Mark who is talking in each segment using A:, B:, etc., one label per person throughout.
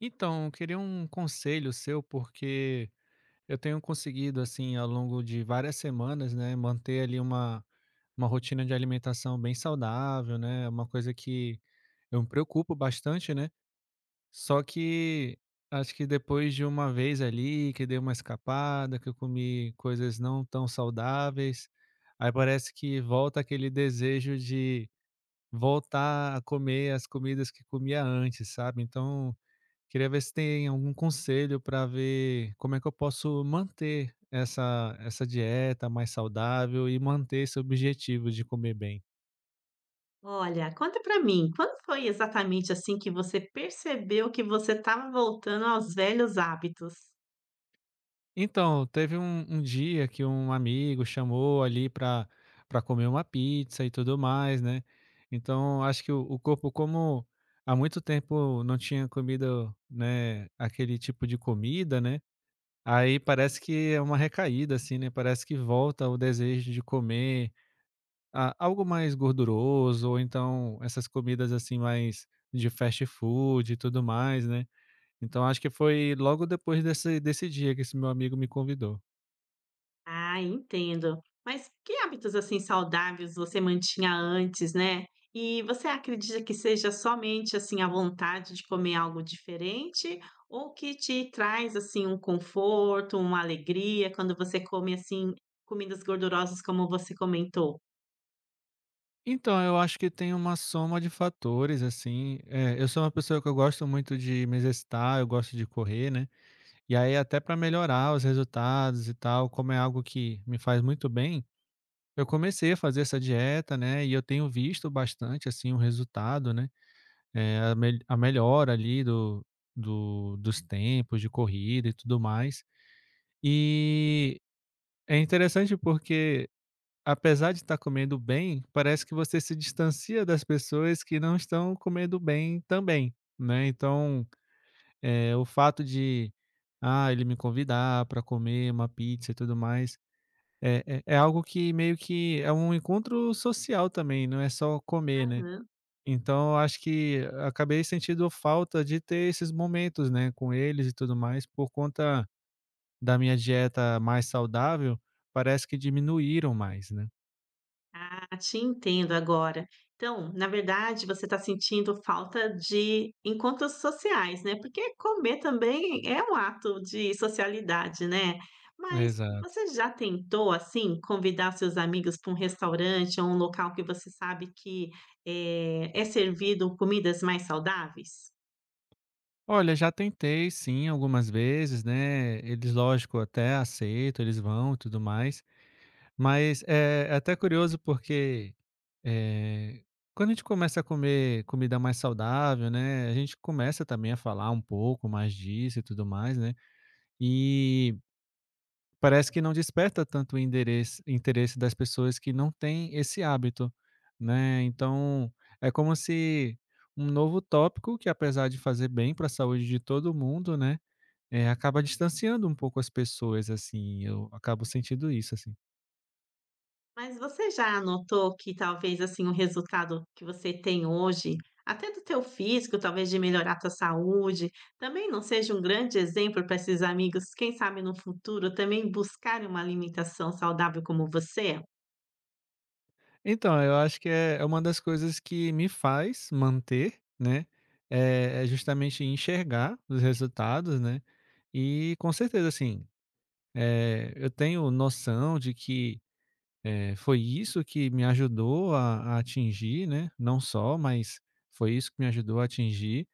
A: Então, eu queria um conselho seu, porque eu tenho conseguido, assim, ao longo de várias semanas, né, manter ali uma rotina de alimentação bem saudável, né? É uma coisa que eu me preocupo bastante, né? Só que acho que depois de uma vez ali, que dei uma escapada, que eu comi coisas não tão saudáveis, aí parece que volta aquele desejo de voltar a comer as comidas que comia antes, sabe? Então, queria ver se tem algum conselho para ver como é que eu posso manter essa dieta mais saudável e manter esse objetivo de comer bem.
B: Olha, conta pra mim, quando foi exatamente, assim, que você percebeu que você estava voltando aos velhos hábitos?
A: Então, teve um dia que um amigo chamou ali para comer uma pizza e tudo mais, né? Então, acho que o corpo, como há muito tempo não tinha comido, né, aquele tipo de comida, né? Aí parece que é uma recaída, assim, né? Parece que volta o desejo de comer, algo mais gorduroso ou então essas comidas, assim, mais de fast food e tudo mais, né. Então acho que foi logo depois desse dia que esse meu amigo me convidou.
B: Ah, entendo. Mas que hábitos, assim, saudáveis você mantinha antes, né? E você acredita que seja somente, assim, a vontade de comer algo diferente ou que te traz, assim, um conforto, uma alegria quando você come, assim, comidas gordurosas como você comentou?
A: Então, eu acho que tem uma soma de fatores, assim, eu sou uma pessoa que eu gosto muito de me exercitar, eu gosto de correr, né, e aí até para melhorar os resultados e tal, como é algo que me faz muito bem, eu comecei a fazer essa dieta, né, e eu tenho visto bastante, assim, o resultado, né. A melhora ali do dos tempos de corrida e tudo mais. E é interessante porque, apesar de estar comendo bem, parece que você se distancia das pessoas que não estão comendo bem também, né. Então, o fato de, ele me convidar para comer uma pizza e tudo mais, é algo que meio que é um encontro social também, não é só comer, né. Então eu acho que acabei sentindo falta de ter esses momentos, né, com eles e tudo mais, por conta da minha dieta mais saudável, parece que diminuíram mais, né.
B: Ah, te entendo agora. Então, na verdade, você está sentindo falta de encontros sociais, né? Porque comer também é um ato de socialidade, né? Mas
A: Exato.
B: você já tentou, assim, convidar seus amigos para um restaurante ou um local que você sabe que é servido comidas mais saudáveis?
A: Olha, já tentei sim algumas vezes, né, eles lógico até aceitam, eles vão e tudo mais, mas é até curioso porque, eh, quando a gente começa a comer comida mais saudável, né, a gente começa também a falar um pouco mais disso e tudo mais, né, e parece que não desperta tanto o endereço interesse das pessoas que não têm esse hábito, né. Então, é como se um novo tópico que apesar de fazer bem para a saúde de todo mundo, né, acaba distanciando um pouco as pessoas, assim, eu acabo sentindo isso, assim.
B: Mas você já notou que talvez, assim, o resultado que você tem hoje, até do teu físico, talvez de melhorar tua saúde, também não seja um grande exemplo para esses amigos, quem sabe no futuro também buscarem uma alimentação saudável como você?
A: Então, eu acho que é uma das coisas que me faz manter, né, é justamente enxergar os resultados, né. E com certeza, assim, eu tenho noção de que, foi isso que me ajudou a atingir, né, não só, mas foi isso que me ajudou a atingir,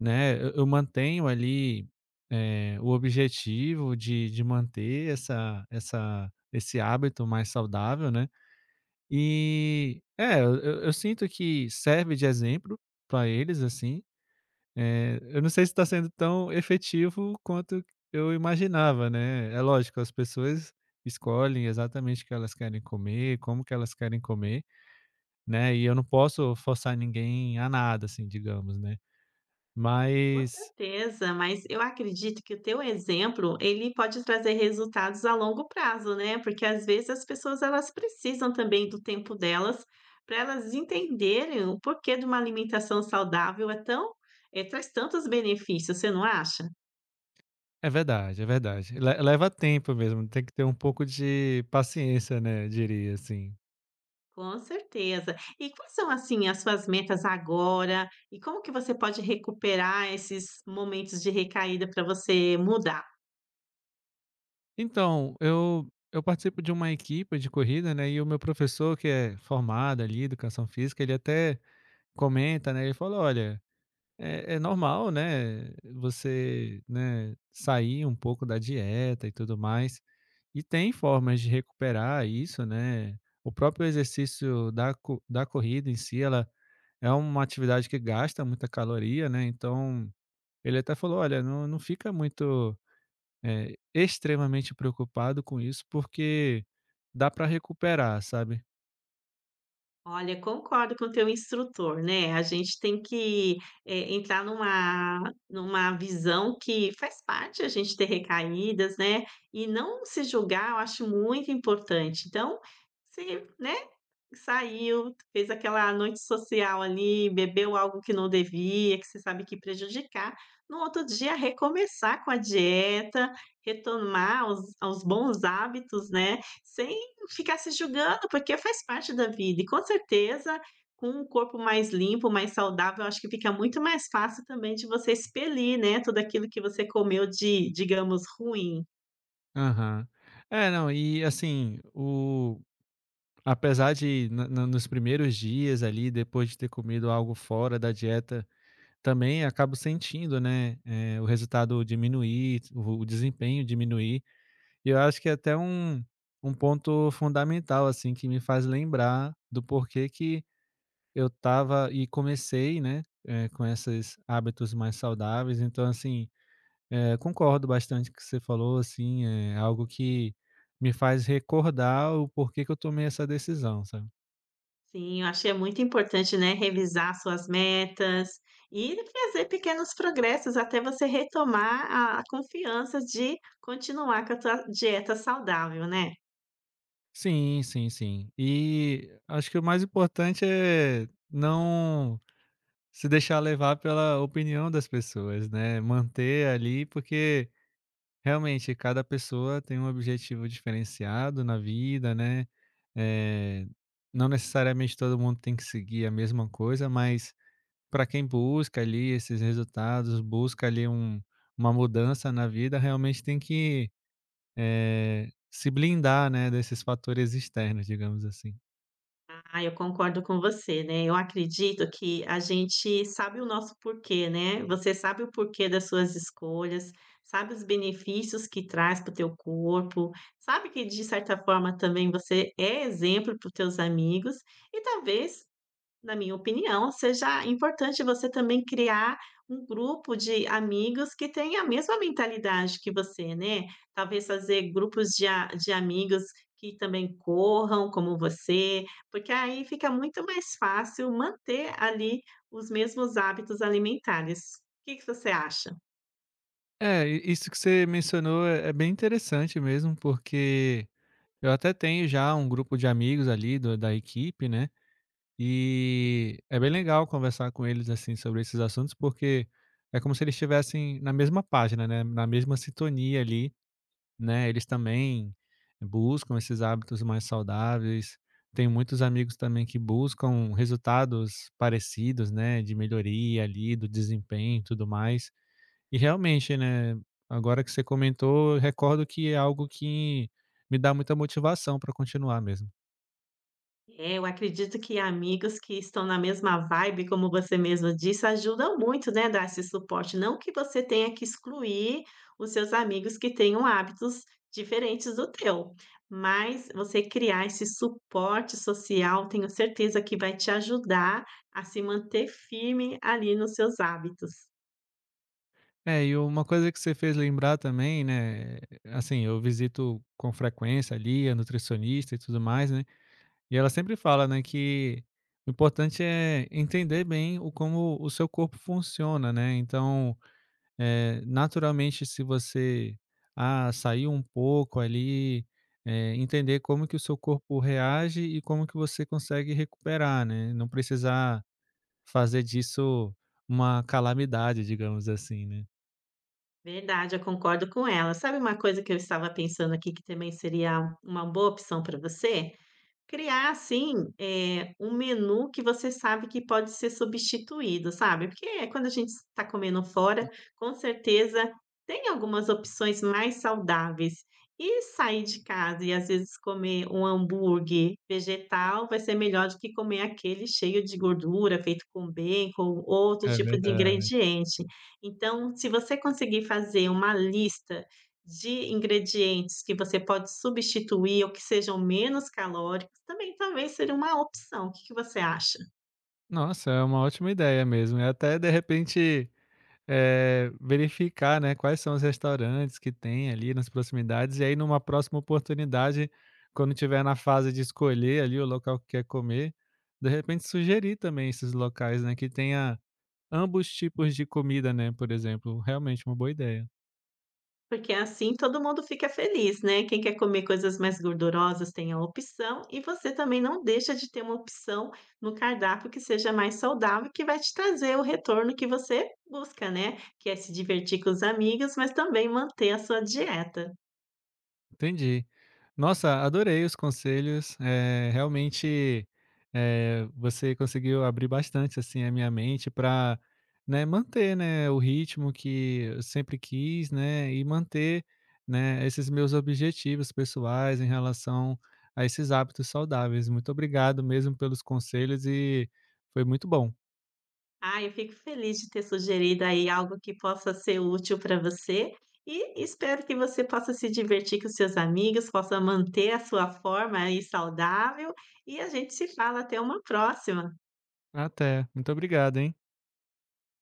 A: né. Eu mantenho ali, o objetivo de manter essa essa esse hábito mais saudável, né. E, é, eu sinto que serve de exemplo para eles, assim. Eu não sei se está sendo tão efetivo quanto eu imaginava, né. É lógico, as pessoas escolhem exatamente o que elas querem comer, como que elas querem comer, né, e eu não posso forçar ninguém a nada, assim, digamos, né.
B: Com
A: Mas
B: certeza, mas eu acredito que o teu exemplo, ele pode trazer resultados a longo prazo, né, porque às vezes as pessoas elas precisam também do tempo delas, para elas entenderem o porquê de uma alimentação saudável é tão traz tantos benefícios, você não acha?
A: é verdade, é verdade. Le Leva tempo mesmo, tem que ter um pouco de paciência, né, diria, assim.
B: Com certeza. E quais são, assim, as suas metas agora? E como que você pode recuperar esses momentos de recaída para você mudar?
A: Então, eu participo de uma equipe de corrida, né, e o meu professor que é formado ali, educação física, ele até comenta, né, ele fala: "Olha, é normal, né, você, né, sair um pouco da dieta e tudo mais, e tem formas de recuperar isso, né. O próprio exercício da corrida em si, ela é uma atividade que gasta muita caloria, né, então", ele até falou: "Olha, não fica muito, extremamente preocupado com isso, porque dá para recuperar", sabe.
B: Olha, concordo com o teu instrutor, né, a gente tem que, entrar numa visão que faz parte a gente ter recaídas, né, e não se julgar, eu acho muito importante. Então, se né, saiu, fez aquela noite social ali, bebeu algo que não devia, que você sabe que prejudicar. No outro dia, recomeçar com a dieta, retomar os aos bons hábitos, né, sem ficar se julgando, porque faz parte da vida. E com certeza, com um corpo mais limpo, mais saudável, acho que fica muito mais fácil também de você expelir, né, tudo aquilo que você comeu de, digamos, ruim.
A: Aham. É, não, e assim, o, apesar de na na nos primeiros dias ali, depois de ter comido algo fora da dieta, também acabo sentindo, né, o resultado diminuir, o desempenho diminuir. E eu acho que é até um um ponto fundamental, assim, que me faz lembrar do porquê que eu estava e comecei, né, com esses hábitos mais saudáveis. Então, assim, concordo bastante com o que você falou, assim, é algo que me faz recordar o porquê que eu tomei essa decisão, sabe?
B: Sim, eu acho que é muito importante, né, revisar suas metas e fazer pequenos progressos até você retomar a confiança de continuar com a tua dieta saudável, né.
A: Sim, sim, sim. E acho que o mais importante é não se deixar levar pela opinião das pessoas, né, manter ali, porque realmente cada pessoa tem um objetivo diferenciado na vida, né, eh, não necessariamente todo mundo tem que seguir a mesma coisa, mas para quem busca ali esses resultados, busca ali um uma mudança na vida, realmente tem que, se blindar, né, desses fatores externos, digamos assim.
B: Ah, eu concordo com você, né, eu acredito que a gente sabe o nosso porquê, né, você sabe o porquê das suas escolhas, sabe os benefícios que traz para o teu corpo, sabe que de certa forma também você é exemplo para os teus amigos e talvez, na minha opinião, seja importante você também criar um grupo de amigos que tenha a mesma mentalidade que você, né. Talvez fazer grupos de amigos que também corram como você, porque aí fica muito mais fácil manter ali os mesmos hábitos alimentares. O que que você acha?
A: É, i isso que você mencionou é bem interessante mesmo, porque eu até tenho já um grupo de amigos ali do da equipe, né, e é bem legal conversar com eles, assim, sobre esses assuntos, porque é como se eles estivessem na mesma página, né, na mesma sintonia ali, né. Eles também buscam esses hábitos mais saudáveis. Tenho muitos amigos também que buscam resultados parecidos, né, de melhoria ali do desempenho e tudo mais. E realmente, né, agora que você comentou, eu recordo que é algo que me dá muita motivação para continuar mesmo.
B: É, eu acredito que amigos que estão na mesma vibe, como você mesmo disse, ajudam muito, né, dar esse suporte. Não que você tenha que excluir os seus amigos que tenham hábitos diferentes do teu, mas você criar esse suporte social, tenho certeza que vai te ajudar a se manter firme ali nos seus hábitos.
A: É, e uma coisa que você fez lembrar também, né, assim, eu visito com frequência ali a nutricionista e tudo mais, né, e ela sempre fala, né, que o importante é entender bem o como o seu corpo funciona, né, então naturalmente, se você, sair um pouco ali, entender como que o seu corpo reage e como que você consegue recuperar, né? Não precisar fazer disso uma calamidade, digamos assim, né?
B: Verdade, eu concordo com ela. Sabe uma coisa que eu estava pensando aqui que também seria uma boa opção para você? Criar assim, um menu que você sabe que pode ser substituído, sabe, porque é quando a gente está comendo fora, com certeza tem algumas opções mais saudáveis. E sair de casa e às vezes comer um hambúrguer vegetal vai ser melhor do que comer aquele cheio de gordura, feito com bacon, outro
A: É
B: tipo de
A: verdade.
B: ingrediente. Então, se você conseguir fazer uma lista de ingredientes que você pode substituir ou que sejam menos calóricos, também talvez seria uma opção. O que que você acha?
A: Nossa, é uma ótima ideia mesmo. E até de repente, verificar, né, quais são os restaurantes que tem ali nas proximidades, e aí numa próxima oportunidade, quando tiver na fase de escolher ali o local que quer comer, de repente sugerir também esses locais, né, que tenha ambos tipos de comida, né, por exemplo, realmente uma boa ideia.
B: Porque assim todo mundo fica feliz, né. Quem quer comer coisas mais gordurosas tem a opção e você também não deixa de ter uma opção no cardápio que seja mais saudável, que vai te trazer o retorno que você busca, né, que é se divertir com os amigos, mas também manter a sua dieta.
A: Entendi. Nossa, adorei os conselhos, realmente, você conseguiu abrir bastante, assim, a minha mente para manter, né, o ritmo que eu sempre quis, né, e manter, né, esses meus objetivos pessoais em relação a esses hábitos saudáveis. Muito obrigado mesmo pelos conselhos e foi muito bom.
B: Ah, eu fico feliz de ter sugerido aí algo que possa ser útil para você e espero que você possa se divertir com seus amigos, possa manter a sua forma aí saudável e a gente se fala até uma próxima.
A: Até, muito obrigado, hein.